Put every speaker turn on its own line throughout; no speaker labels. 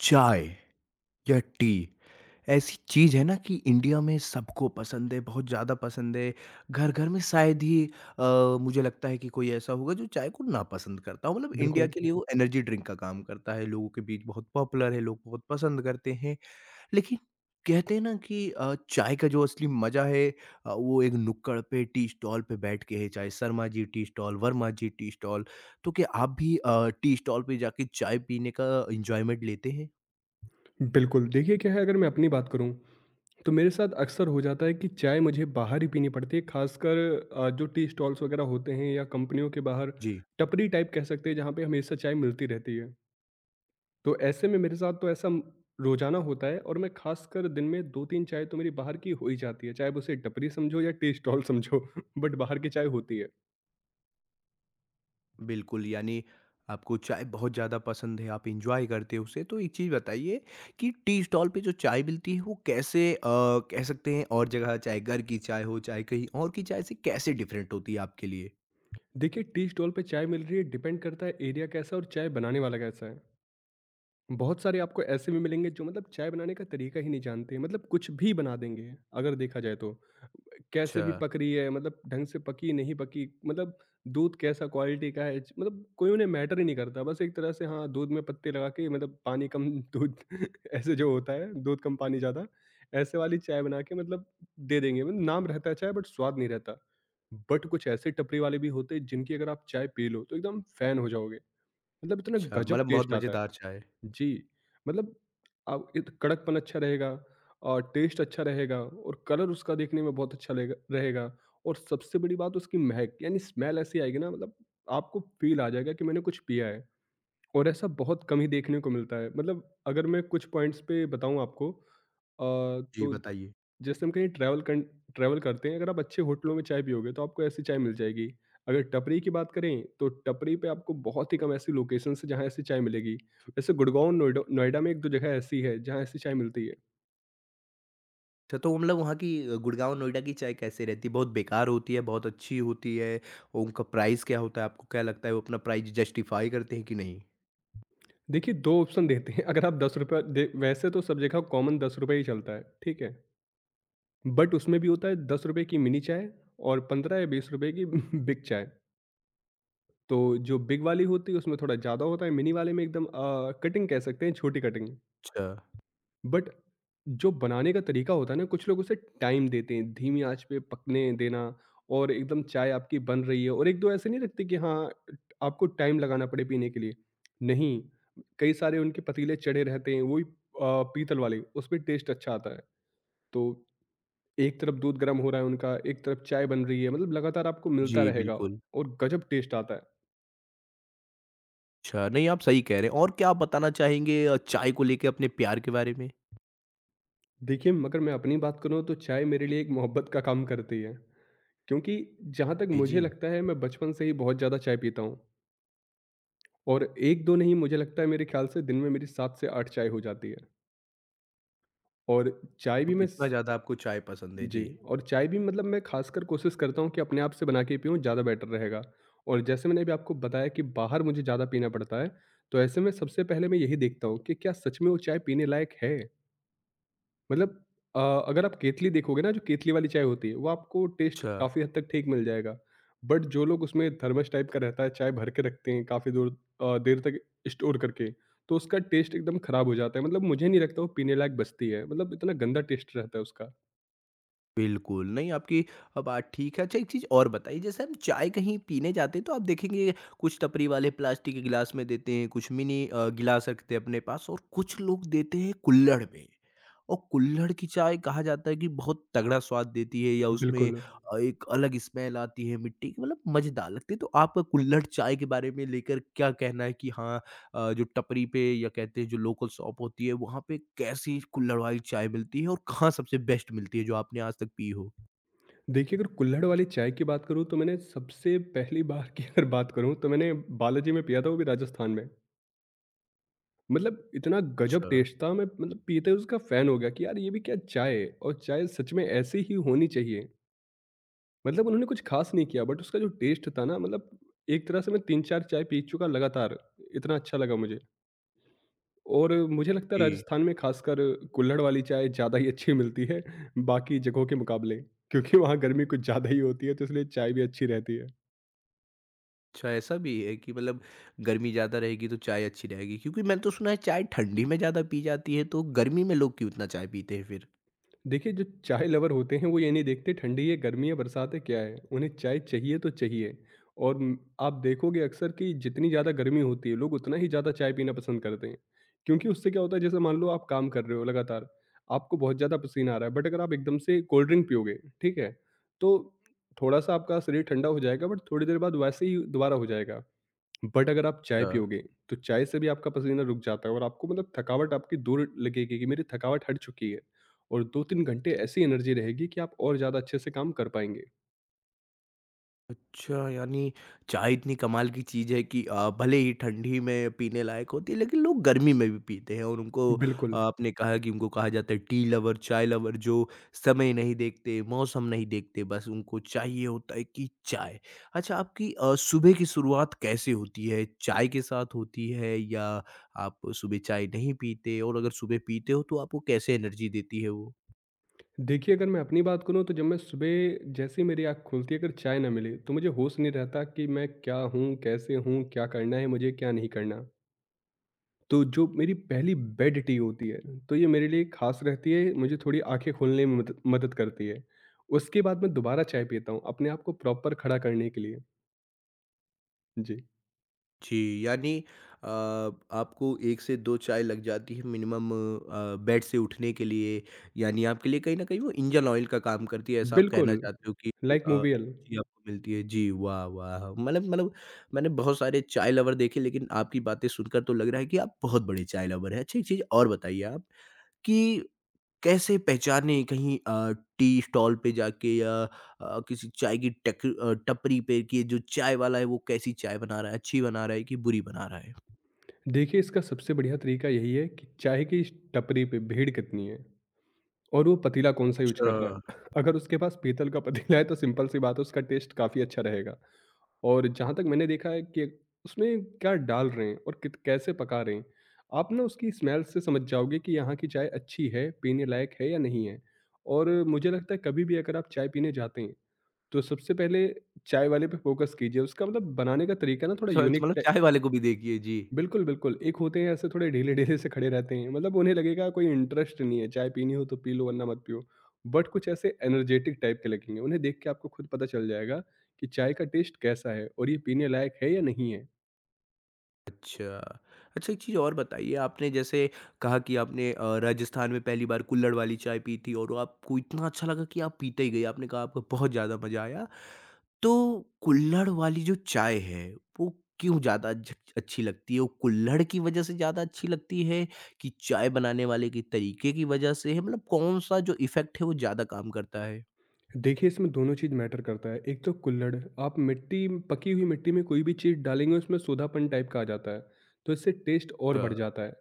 चाय या टी ऐसी चीज़ है ना कि इंडिया में सबको पसंद है, बहुत ज़्यादा पसंद है। घर घर में शायद ही मुझे लगता है कि कोई ऐसा होगा जो चाय को ना पसंद करता हो। मतलब इंडिया
बिल्कुल,
के लिए वो एनर्जी ड्रिंक का काम करता है, लोगों के बीच बहुत पॉपुलर है, लोग बहुत पसंद करते हैं। लेकिन कहते हैं ना कि चाय का जो असली मज़ा है वो एक नुक्कड़ पे टी स्टॉल पे बैठ के है, चाहे Sharma ji tea stall, Verma ji tea stall. तो क्या आप भी टी स्टॉल पे जाके चाय पीने का इंजॉयमेंट लेते हैं?
बिल्कुल। देखिए क्या है अगर मैं अपनी बात करूँ, तो मेरे साथ अक्सर हो जाता है कि चाय मुझे बाहर ही पीनी पड़ती है, ख़ासकर जो टी स्टॉल्स वग़ैरह होते हैं या कंपनियों के बाहर
जी।
टपरी टाइप कह सकते हैं, जहाँ पे हमेशा चाय मिलती रहती है। तो ऐसे में मेरे साथ तो ऐसा म रोज़ाना होता है, और मैं ख़ासकर दिन में 2-3 चाय तो मेरी बाहर की हो ही जाती है, चाहे आप उसे टपरी समझो या टी स्टॉल समझो बट बाहर की चाय होती है।
बिल्कुल, यानी आपको चाय बहुत ज़्यादा पसंद है, आप एन्जॉय करते हो उसे। तो एक चीज़ बताइए कि टी स्टॉल पे जो चाय मिलती है, वो कैसे कह सकते हैं, और जगह चाहे घर की चाय हो, चाहे कहीं और की चाय से कैसे डिफ़रेंट होती है आपके लिए?
देखिए, टी स्टॉल पे चाय मिल रही है, डिपेंड करता है एरिया कैसा है और चाय बनाने वाला कैसा है। बहुत सारे आपको ऐसे भी मिलेंगे जो मतलब चाय बनाने का तरीका ही नहीं जानते, मतलब कुछ भी बना देंगे, अगर देखा जाए तो। कैसे
अच्छा।
भी पक रही है, मतलब ढंग से पकी नहीं पकी, मतलब दूध कैसा क्वालिटी का है, मतलब कोई उन्हें मैटर ही नहीं करता, बस एक तरह से हाँ, दूध में पत्ते लगा के, मतलब पानी कम दूध ऐसे जो होता है, दूध कम पानी ज़्यादा, ऐसे वाली चाय बना के मतलब दे देंगे। मतलब नाम रहता है चाय बट स्वाद नहीं रहता। बट कुछ ऐसे टपरी वाले भी होते हैं जिनकी अगर आप चाय पी लो तो एकदम फैन हो जाओगे, मतलब इतना
अच्छा,
गजब
मतलब बहुत
टेस्ट आता है।
मज़ेदार चाय।
जी। मतलब अब इत कड़कपन अच्छा रहेगा और टेस्ट अच्छा रहेगा और कलर उसका देखने में बहुत अच्छा लेगा रहेगा, और सबसे बड़ी बात उसकी महक यानी स्मेल ऐसी आएगी ना, मतलब आपको फ़ील आ जाएगा कि मैंने कुछ पिया है। और ऐसा बहुत कम ही देखने को मिलता है। मतलब अगर मैं कुछ पॉइंट्स पे बताऊँ आपको,
जी,
तो
बताइए।
जैसे हम कहीं ट्रैवल करते हैं, अगर आप अच्छे होटलों में चाय पियोगे तो आपको ऐसी चाय मिल जाएगी। अगर टपरी की बात करें तो टपरी पे आपको बहुत ही कम ऐसी लोकेशन है जहाँ ऐसी चाय मिलेगी। वैसे गुड़गांव, नोएडा नोएडा में एक दो जगह ऐसी है जहाँ ऐसी चाय मिलती है।
अच्छा, तो मतलब वहाँ की गुड़गाँव, नोएडा की चाय कैसे रहती है? बहुत बेकार होती है, बहुत अच्छी होती है? और उनका प्राइस क्या होता है? आपको क्या लगता है वो अपना प्राइस जस्टिफ़ाई करते हैं कि नहीं?
देखिए, दो ऑप्शन देते हैं। अगर आप 10 रुपये वैसे तो सब जगह कॉमन 10 रुपये ही चलता है, ठीक है। बट उसमें भी होता है 10 रुपये की मिनी चाय और 15 या 20 रुपये की बिग चाय। तो जो बिग वाली होती है उसमें थोड़ा ज़्यादा होता है, मिनी वाले में एकदम कटिंग कह सकते हैं, छोटी कटिंग।
अच्छा।
बट जो बनाने का तरीका होता है ना, कुछ लोग उसे टाइम देते हैं, धीमी आँच पे पकने देना, और एकदम चाय आपकी बन रही है, और 1-2 ऐसे नहीं रखते कि हाँ, आपको टाइम लगाना पड़े पीने के लिए। नहीं, कई सारे उनके पतीले चढ़े रहते हैं, वही अ, पीतल वाले, उसमें टेस्ट अच्छा आता है। तो एक तरफ दूध गर्म हो रहा है उनका, एक तरफ चाय बन रही है, मतलब लगातार आपको मिलता
जी,
रहेगा
बिल्कुल।
और गज़ब टेस्ट आता है।
अच्छा, नहीं आप सही कह रहे हैं। और क्या आप बताना चाहेंगे चाय को लेके अपने प्यार के बारे में?
देखिए, अगर मैं अपनी बात करूँ तो चाय मेरे लिए एक मोहब्बत का काम करती है। क्योंकि जहाँ तक मुझे
बेइजिंग,
लगता है, मैं बचपन से ही बहुत ज़्यादा चाय पीता हूँ, और 1-2 नहीं, मुझे लगता है मेरे ख़्याल से दिन में मेरी 7 से 8 चाय हो जाती है। और चाय भी
अब
मैं
इतना
स
ज़्यादा आपको चाय पसंद है?
जी।
जी।
और चाय भी मतलब मैं ख़ासकर कोशिश करता हूँ कि अपने आप से बना के पीऊँ, ज़्यादा बेटर रहेगा। और जैसे मैंने अभी आपको बताया कि बाहर मुझे ज़्यादा पीना पड़ता है, तो ऐसे में सबसे पहले मैं यही देखता हूँ कि क्या सच में वो चाय पीने लायक है? मतलब अ, अगर आप केतली देखोगे ना, जो केतली वाली चाय होती है, वो आपको टेस्ट
अच्छा।
काफ़ी हद तक ठीक मिल जाएगा। बट जो लोग उसमें थर्मस टाइप का रहता है, चाय भर के रखते हैं काफ़ी दूर, देर तक स्टोर करके, तो उसका टेस्ट एकदम खराब हो जाता है। मतलब मुझे नहीं लगता वो पीने लायक बचती है, मतलब इतना गंदा टेस्ट रहता है उसका।
बिल्कुल, नहीं आपकी बात ठीक है। अच्छा, एक चीज़ और बताइए, जैसे हम चाय कहीं पीने जाते हैं तो आप देखेंगे कुछ टपरी वाले प्लास्टिक के गिलास में देते हैं, कुछ मिनी गिलास रखते हैं अपने पास, और कुछ लोग देते हैं कुल्हड़ में। और कुल्हड़ की चाय कहा जाता है कि बहुत तगड़ा स्वाद देती है, या उसमें
बिल्कुल।
एक अलग स्मेल आती है मिट्टी की, मतलब मज़ेदार लगती है। तो आपका कुल्हड़ चाय के बारे में लेकर क्या कहना है कि हाँ, जो टपरी पे या कहते हैं जो लोकल शॉप होती है वहाँ पे कैसी कुल्हड़ वाली चाय मिलती है, और कहाँ सबसे बेस्ट मिलती है जो आपने आज तक पी हो?
देखिए, अगर कुल्हड़ वाली चाय की बात करूँ, तो मैंने सबसे पहली बार की अगर बात करूँ, तो मैंने बालाजी में पिया था, वो भी राजस्थान में। मतलब इतना गजब
अच्छा।
टेस्ट था, मैं मतलब पीते ही उसका फैन हो गया कि यार ये भी क्या चाय है, और चाय सच में ऐसी ही होनी चाहिए। मतलब उन्होंने कुछ खास नहीं किया, बट उसका जो टेस्ट था ना, मतलब एक तरह से मैं तीन चार चाय पी चुका लगातार, इतना अच्छा लगा मुझे। और मुझे लगता है
जी।
राजस्थान में खासकर कुल्हड़ वाली चाय ज़्यादा ही अच्छी मिलती है बाकी जगहों के मुकाबले, क्योंकि वहाँ गर्मी कुछ ज़्यादा ही होती है, तो इसलिए चाय भी अच्छी रहती है।
अच्छा, ऐसा भी है कि मतलब गर्मी ज़्यादा रहेगी तो चाय अच्छी रहेगी? क्योंकि मैंने तो सुना है चाय ठंडी में ज़्यादा पी जाती है, तो गर्मी में लोग क्यों इतना चाय पीते हैं फिर?
देखिए, जो चाय लवर होते हैं वो ये नहीं देखते ठंडी है, गर्मी है, बरसात है, क्या है, उन्हें चाय चाहिए तो चाहिए। और आप देखोगे अक्सर कि जितनी ज़्यादा गर्मी होती है, लोग उतना ही ज़्यादा चाय पीना पसंद करते हैं, क्योंकि उससे क्या होता है जैसे मान लो आप काम कर रहे हो लगातार, आपको बहुत ज़्यादा पसीना आ रहा है, बट अगर आप एकदम से कोल्ड ड्रिंक पियोगे, ठीक है, तो थोड़ा सा आपका शरीर ठंडा हो जाएगा, बट थोड़ी देर बाद वैसे ही दोबारा हो जाएगा। बट अगर आप चाय
अच्छा।
पियोगे तो चाय से भी आपका पसीना रुक जाता है, और आपको मतलब थकावट आपकी दूर लगेगी कि मेरी थकावट हट चुकी है, और 2 3 घंटे ऐसी एनर्जी रहेगी कि आप और ज़्यादा अच्छे से काम कर पाएंगे।
अच्छा, यानी चाय इतनी कमाल की चीज़ है कि भले ही ठंडी में पीने लायक होती है, लेकिन लोग गर्मी में भी पीते हैं, और उनको
बिल्कुल।
आपने कहा कि उनको कहा जाता है टी लवर, चाय लवर, जो समय नहीं देखते, मौसम नहीं देखते, बस उनको चाहिए होता है कि चाय। अच्छा, आपकी सुबह की शुरुआत कैसे होती है? चाय के साथ होती है या आप सुबह चाय नहीं पीते? और अगर सुबह पीते हो तो आपको कैसे एनर्जी देती है वो?
देखिए, अगर मैं अपनी बात करूँ तो जब मैं सुबह जैसे ही मेरी आँख खुलती है, अगर चाय ना मिले तो मुझे होश नहीं रहता कि मैं क्या हूँ, कैसे हूँ, क्या करना है मुझे, क्या नहीं करना। तो जो मेरी पहली बेड टी होती है, तो ये मेरे लिए ख़ास रहती है, मुझे थोड़ी आँखें खोलने में मदद मदद करती है। उसके बाद मैं दोबारा चाय पीता हूँ, अपने आप को प्रॉपर खड़ा करने के लिए। जी,
जी, यानी अ, आपको 1 से 2 चाय लग जाती है मिनिमम, बेड से उठने के लिए, यानी आपके लिए कहीं न कहीं वो इंजन ऑयल का काम करती है, ऐसा आप कहना
बिल्कुल,
चाहते हो कि
लाइक मूवियल।
एनर्जी आपको मिलती है। जी, वाह, वाह! मतलब मैंने बहुत सारे चाय लवर देखे, लेकिन आपकी बातें सुनकर तो लग रहा है कि आप बहुत बड़े चाय लवर हैं। अच्छा, एक चीज़ और बताइए आप कि कैसे पहचाने कहीं टी स्टॉल पे जाके या किसी चाय की टपरी पे कि जो चाय वाला है वो कैसी चाय बना रहा है, अच्छी बना रहा है कि बुरी बना रहा है?
देखिए, इसका सबसे बढ़िया तरीका यही है कि चाय की इस टपरी पे भीड़ कितनी है और वो पतीला कौन-सा यूज़ कर रहा है।
अच्छा।
अगर उसके पास पीतल का पतीला है, तो सिंपल सी बात है, उसका टेस्ट काफ़ी अच्छा रहेगा। और जहाँ तक मैंने देखा है कि उसमें क्या डाल रहे हैं और कित कैसे पका रहे हैं। आप ना उसकी स्मेल से समझ जाओगे कि यहाँ की चाय अच्छी है, पीने लायक है या नहीं है। और मुझे लगता है कभी भी अगर आप चाय पीने जाते हैं, तो सबसे पहले चाय वाले पे फ़ोकस कीजिए। उसका मतलब बनाने का तरीका ना थोड़ा
अच्छा,
यूनिक
मतलब
ट
चाय वाले को भी देखिए। जी।
बिल्कुल, बिल्कुल। एक होते हैं ऐसे थोड़े ढीले-ढीले से खड़े रहते हैं, मतलब उन्हें लगेगा कोई इंटरेस्ट नहीं है, चाय पीनी हो तो पी लो वरना मत पियो। बट कुछ ऐसे एनर्जेटिक टाइप के लगेंगे, उन्हें देख के आपको खुद पता चल जाएगा कि चाय का टेस्ट कैसा है और ये पीने लायक है या नहीं है।
अच्छा। अच्छा, एक चीज़ और बताइए, आपने जैसे कहा कि आपने राजस्थान में पहली बार कुल्हड़ वाली चाय पी थी, और वो आपको इतना अच्छा लगा कि आप पीते ही गए। आपने कहा आपको बहुत ज़्यादा मज़ा आया। तो कुल्हड़ वाली जो चाय है वो क्यों ज़्यादा अच्छी लगती है? वो कुल्हड़ की वज़ह से ज़्यादा अच्छी लगती है, कि चाय बनाने वाले के तरीके की वज़ह से है? मतलब कौन-सा जो इफ़ेक्ट है वो ज़्यादा काम करता है?
देखिए, इसमें दोनों चीज़ मैटर करता है। एक तो कुल्हड़, आप मिट्टी, पकी हुई मिट्टी में कोई भी चीज़ डालेंगे, उसमें सोंधापन टाइप का आ जाता है, तो इससे टेस्ट और
अ
बढ़ जाता है।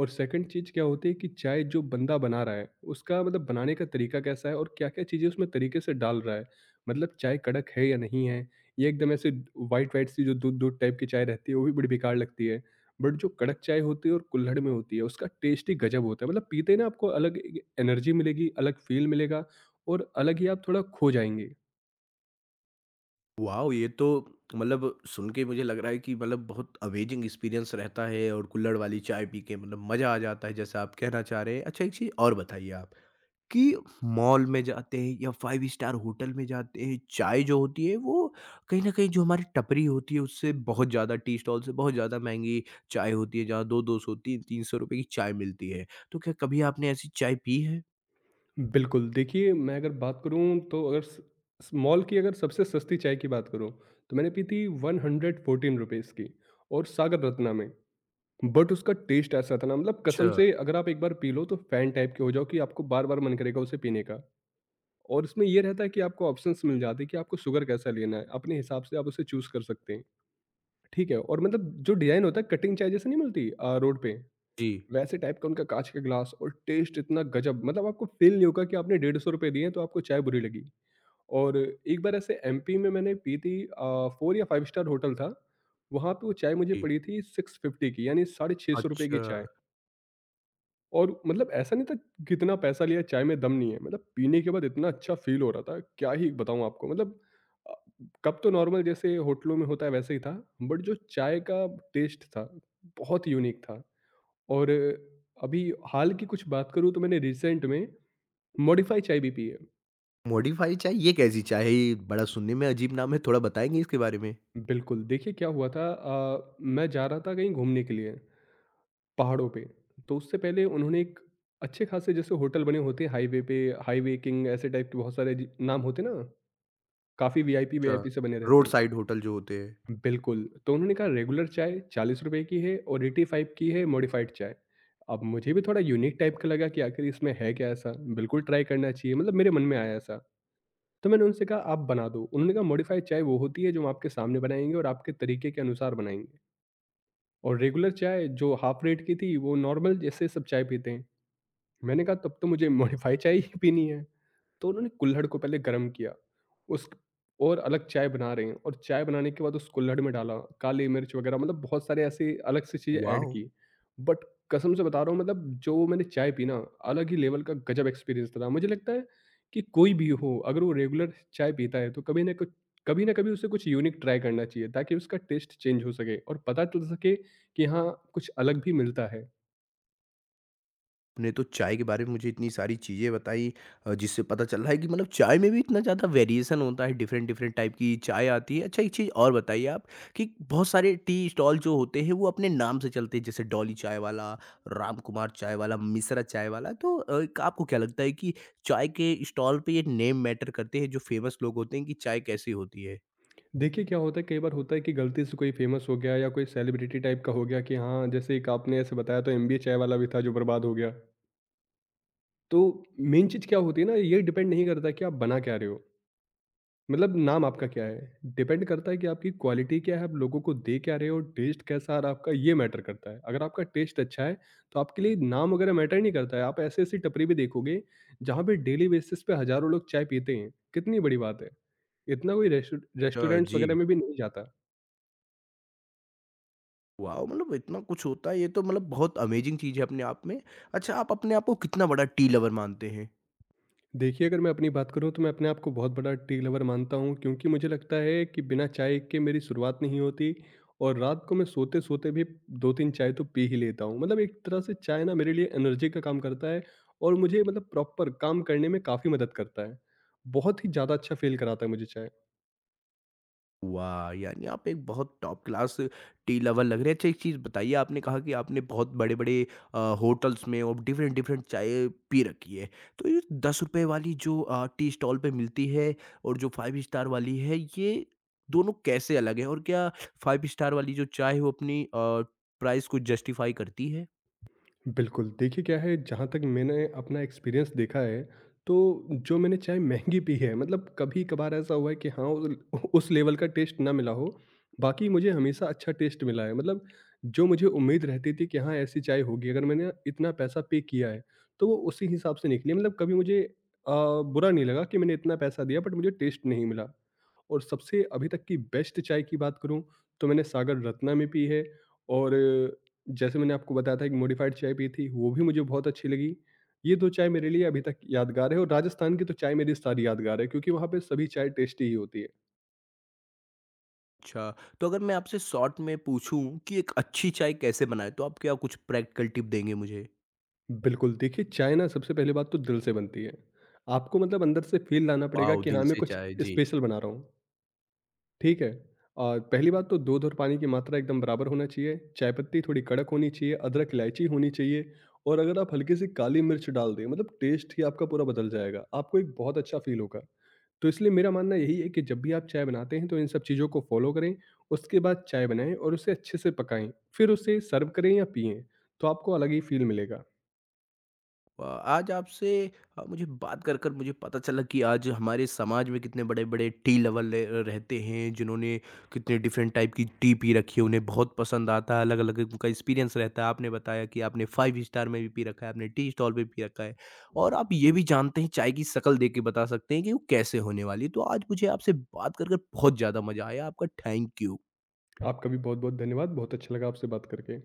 और सेकंड चीज़ क्या होती है कि चाय जो बंदा बना रहा है, उसका मतलब बनाने का तरीका कैसा है और क्या-क्या चीज़ें उसमें तरीके से डाल रहा है। मतलब चाय कड़क है या नहीं है, ये एकदम ऐसे व्हाइट-व्हाइट सी जो दूध-दूध टाइप की चाय रहती है, वो भी बड़ी बेकार लगती है। बट जो कड़क चाय होती है और कुल्हड़ में होती है, उसका टेस्ट ही गज़ब होता है। मतलब पीते ही ना आपको अलग ए एनर्जी मिलेगी, अलग फ़ील मिलेगा और अलग ही आप थोड़ा खो जाएँगे।
वॉव! ये तो मतलब सुन के मुझे लग रहा है कि मतलब बहुत अमेज़िंग एक्सपीरियंस रहता है, और कुल्हड़ वाली चाय पी के मतलब मज़ा आ जाता है, जैसा आप कहना चाह रहे हैं। अच्छा, एक चीज़ और बताइए आप कि मॉल में जाते हैं या 5 स्टार होटल में जाते हैं, चाय जो होती है वो कहीं न कहीं जो हमारी टपरी होती है उससे बहुत ज़्यादा, टी स्टॉल से बहुत ज़्यादा महँगी चाय होती है, जहाँ 2-200 ₹300 की चाय मिलती है। तो क्या कभी आपने ऐसी चाय पी है?
बिल्कुल। देखिए, मैं अगर बात करूँ तो अगर स स- मॉल की अगर सबसे सस्ती चाय की बात करूँ, तो मैंने पी थी ₹114 की, और सागर रत्ना में। बट उसका टेस्ट ऐसा था ना, मतलब कसम
अच्छा।
से अगर आप एक बार पी लो तो फैन टाइप के हो जाओ कि आपको बार-बार मन करेगा उसे पीने का। और इसमें ये रहता है कि आपको ऑप्शंस मिल जाते हैं कि आपको शुगर कैसा लेना है, अपने हिसाब से आप उसे चूज़ कर सकते हैं, ठीक है। और मतलब जो डिज़ाइन होता है, कटिंग चाय जैसे नहीं मिलती रोड पे?
जी,
वैसे टाइप का उनका काँच का ग्लास और टेस्ट इतना गज़ब मतलब आपको फ़ील नहीं होगा कि आपने ₹150 दिए हैं तो आपको चाय बुरी लगी। और एक बार ऐसे एमपी में मैंने पी थी 4 या 5 स्टार होटल था। वहाँ पे वो चाय मुझे
जी।
पड़ी थी 650 की यानी ₹650 की
अच्छा।
चाय। और मतलब ऐसा नहीं था कितना पैसा लिया चाय में दम नहीं है। मतलब पीने के बाद इतना अच्छा फ़ील हो रहा था, क्या ही बताऊँ आपको मतलब अ, कप तो नॉर्मल जैसे होटलों में होता है वैसे ही था, बट जो चाय का टेस्ट था, बहुत यूनिक था। और अभी हाल की कुछ बात करूँ तो मैंने रिसेंट में मॉडिफाई चाय भी पी है।
मॉडिफाई चाय, ये कैसी चाय है? ये बड़ा सुनने में अजीब नाम है, थोड़ा बताएँगे इसके बारे में?
बिल्कुल, देखिए क्या हुआ था, मैं जा रहा था कहीं घूमने के लिए, पहाड़ों पे। तो उससे पहले उन्होंने एक अच्छे खासे जैसे होटल बने होते हैं हाईवे पे, हाईवे किंग ऐसे टाइप के बहुत सारे जी नाम होते हैं ना, काफ़ी वीआईपी
अच्छा,
वीआईपी से बने रहते
रोड
हैं।
साइड होटल जो होते हैं।
बिल्कुल, तो उन्होंने कहा रेगुलर चाय ₹40 की है और 85 की है मॉडिफाइड चाय। अब मुझे भी थोड़ा यूनिक टाइप का लगा कि आखिर इसमें है क्या ऐसा? बिल्कुल ट्राई करना चाहिए, मतलब मेरे मन में आया ऐसा। तो मैंने उनसे कहा आप बना दो। उन्होंने कहा मॉडिफाइड चाय वो होती है जो हम आपके सामने बनाएँगे और आपके तरीके के अनुसार बनाएँगे, और रेगुलर चाय जो हाफ रेट की थी वो नॉर्मल जैसे सब चाय पीते हैं। मैंने कहा तब तो मुझे मॉडिफाइड चाय ही पीनी है। तो उन्होंने कुल्हड़ को पहले गर्म किया उस और अलग चाय बना रहे हैं, और चाय बनाने के बाद उस कुल्हड़ में डाला काली मिर्च वगैरह, मतलब बहुत सारे ऐसे अलग से चीज़ें ऐड
वॉव!
की। बट कसम से बता रहा हूँ, मतलब जो मैंने चाय पी ना, अलग ही लेवल का गजब एक्सपीरियंस था। मुझे लगता है कि कोई भी हो अगर वो रेगुलर चाय पीता है तो कभी ना कभी उसे कुछ यूनिक ट्राई करना चाहिए, ताकि उसका टेस्ट चेंज हो सके और पता चल सके कि हाँ, कुछ अलग भी मिलता है।
आपने तो चाय के बारे में मुझे इतनी सारी चीज़ें बताई, जिससे पता चल रहा है कि मतलब चाय में भी इतना ज़्यादा वेरिएशन होता है, डिफरेंट-डिफरेंट टाइप की चाय आती है। अच्छा, एक चीज़ और बताइए आप कि बहुत सारे टी स्टॉल जो होते हैं, वो अपने नाम से चलते हैं, जैसे डॉली चाय वाला, रामकुमार चाय वाला, मिश्रा चाय वाला। तो एक आपको क्या लगता है कि चाय के स्टॉल पे ये नेम मैटर करते हैं, जो फेमस लोग होते हैं कि चाय कैसी होती है?
देखिए, क्या होता है, कई बार होता है कि गलती से कोई फ़ेमस हो गया या कोई सेलिब्रिटी टाइप का हो गया कि हाँ, जैसे एक आपने ऐसे बताया तो एमबीए चाय वाला भी था जो बर्बाद हो गया। तो मेन चीज़ क्या होती है ना, ये डिपेंड नहीं करता कि आप बना क्या रहे हो, मतलब नाम आपका क्या है? डिपेंड करता है कि आपकी क्वालिटी क्या है, आप लोगों को दे क्या रहे हो, टेस्ट कैसा आ रहा है आपका, ये मैटर करता है। अगर आपका टेस्ट अच्छा है, तो आपके लिए नाम वगैरह मैटर नहीं करता है। आप ऐसी-ऐसी टपरी भी देखोगे, जहाँ पे डेली बेसिस पे हज़ारों लोग चाय पीते हैं, कितनी बड़ी बात है। इतना कोई
अच्छा,
रेस्टोरेंट्स
जी।
वगैरह में भी नहीं जाता।
वॉव! मतलब इतना कुछ होता है, ये तो मतलब बहुत अमेज़िंग चीज़ है अपने आप में। अच्छा, आप अपने आप को कितना बड़ा टी लवर मानते हैं?
देखिए, अगर मैं अपनी बात करूँ तो मैं अपने आप को बहुत बड़ा टी लवर मानता हूँ, क्योंकि मुझे लगता है कि बिना चाय के मेरी शुरुआत नहीं होती, और रात को मैं सोते-सोते भी 2-3 चाय तो पी ही लेता हूँ। मतलब एक तरह से चाय ना मेरे लिए एनर्जी का काम करता है, और मुझे मतलब प्रॉपर काम करने में काफ़ी मदद करता है। बहुत ही ज़्यादा अच्छा फ़ील कराता है मुझे चाय।
वाह! यानी आप एक बहुत टॉप क्लास टी लवर लग रहे हैं। अच्छा, एक चीज़ बताइए, आपने कहा कि आपने बहुत बड़े-बड़े होटल्स में और डिफरेंट-डिफरेंट चाय पी रखी है। तो ये ₹10 वाली जो टी स्टॉल पे मिलती है, और जो 5 स्टार वाली है, ये दोनों कैसे अलग हैं? और क्या 5 स्टार वाली जो चाय है, वो अपनी प्राइस को जस्टिफ़ाई करती है?
बिल्कुल, देखिए क्या है, जहाँ तक मैंने अपना एक्सपीरियंस देखा है, तो जो मैंने चाय महँगी पी है, मतलब कभी-कभार ऐसा हुआ है कि हाँ, उल उस लेवल का टेस्ट ना मिला हो, बाकी मुझे हमेशा अच्छा टेस्ट मिला है। मतलब जो मुझे उम्मीद रहती थी कि हाँ, ऐसी चाय होगी अगर मैंने इतना पैसा पे किया है, तो वो उसी हिसाब से निकली। मतलब कभी मुझे बुरा नहीं लगा कि मैंने इतना पैसा दिया बट मुझे टेस्ट नहीं मिला। और सबसे अभी तक की बेस्ट चाय की बात करूँ, तो मैंने सागर रत्ना में पी है, और जैसे मैंने आपको बताया था एक मॉडिफाइड चाय पी थी, वो भी मुझे बहुत अच्छी लगी। ये 2 चाय मेरे लिए अभी तक यादगार है, और राजस्थान की तो चाय मेरी सारी यादगार है, क्योंकि वहाँ पे सभी चाय टेस्टी ही होती है।
अच्छा, तो अगर मैं आपसे शॉर्ट में पूछूँ कि एक अच्छी चाय कैसे बनाएँ, तो आप क्या कुछ प्रैक्टिकल टिप देंगे मुझे?
बिल्कुल, देखिए चाय ना सबसे पहली बात तो दिल से बनती है। आपको मतलब अंदर से फ़ील लाना पड़ेगा
वाओ!
कि
दिल
हाँ, मैं
से
कुछ
चाय, जी।
स्पेशल बना रहा हूँ, ठीक है? और पहली बात तो दूध और पानी की मात्रा एकदम बराबर होना चाहिए, चाय पत्ती थोड़ी कड़क होनी चाहिए, अदरक, इलायची होनी चाहिए, और अगर आप हल्की-सी काली मिर्च डाल दें, मतलब टेस्ट ही आपका पूरा बदल जाएगा। आपको एक बहुत अच्छा फ़ील होगा। तो इसलिए मेरा मानना यही है कि जब भी आप चाय बनाते हैं तो इन सब चीज़ों को फॉलो करें, उसके बाद चाय बनाएँ और उसे अच्छे से पकाएँ, फिर उसे सर्व करें या पिएँ, तो आपको अलग ही फ़ील मिलेगा।
आज आपसे मुझे बात कर कर मुझे पता चला कि आज हमारे समाज में कितने बड़े-बड़े टी लवर ले रहते हैं, जिन्होंने कितने डिफरेंट टाइप की टी पी रखी है, उन्हें बहुत पसंद आता है, अलग-अलग उनका एक्सपीरियंस रहता है। आपने बताया कि आपने 5 स्टार में भी पी रखा है, आपने टी स्टॉल पे पी रखा है, और आप ये भी जानते हैं, चाय की शक्ल देख के बता सकते हैं कि वो कैसे होने वाली है। तो आज मुझे आपसे बात कर कर बहुत ज़्यादा मज़ा आया। आपका थैंक यू।
आपका भी बहुत-बहुत धन्यवाद, बहुत अच्छा लगा आपसे बात करके।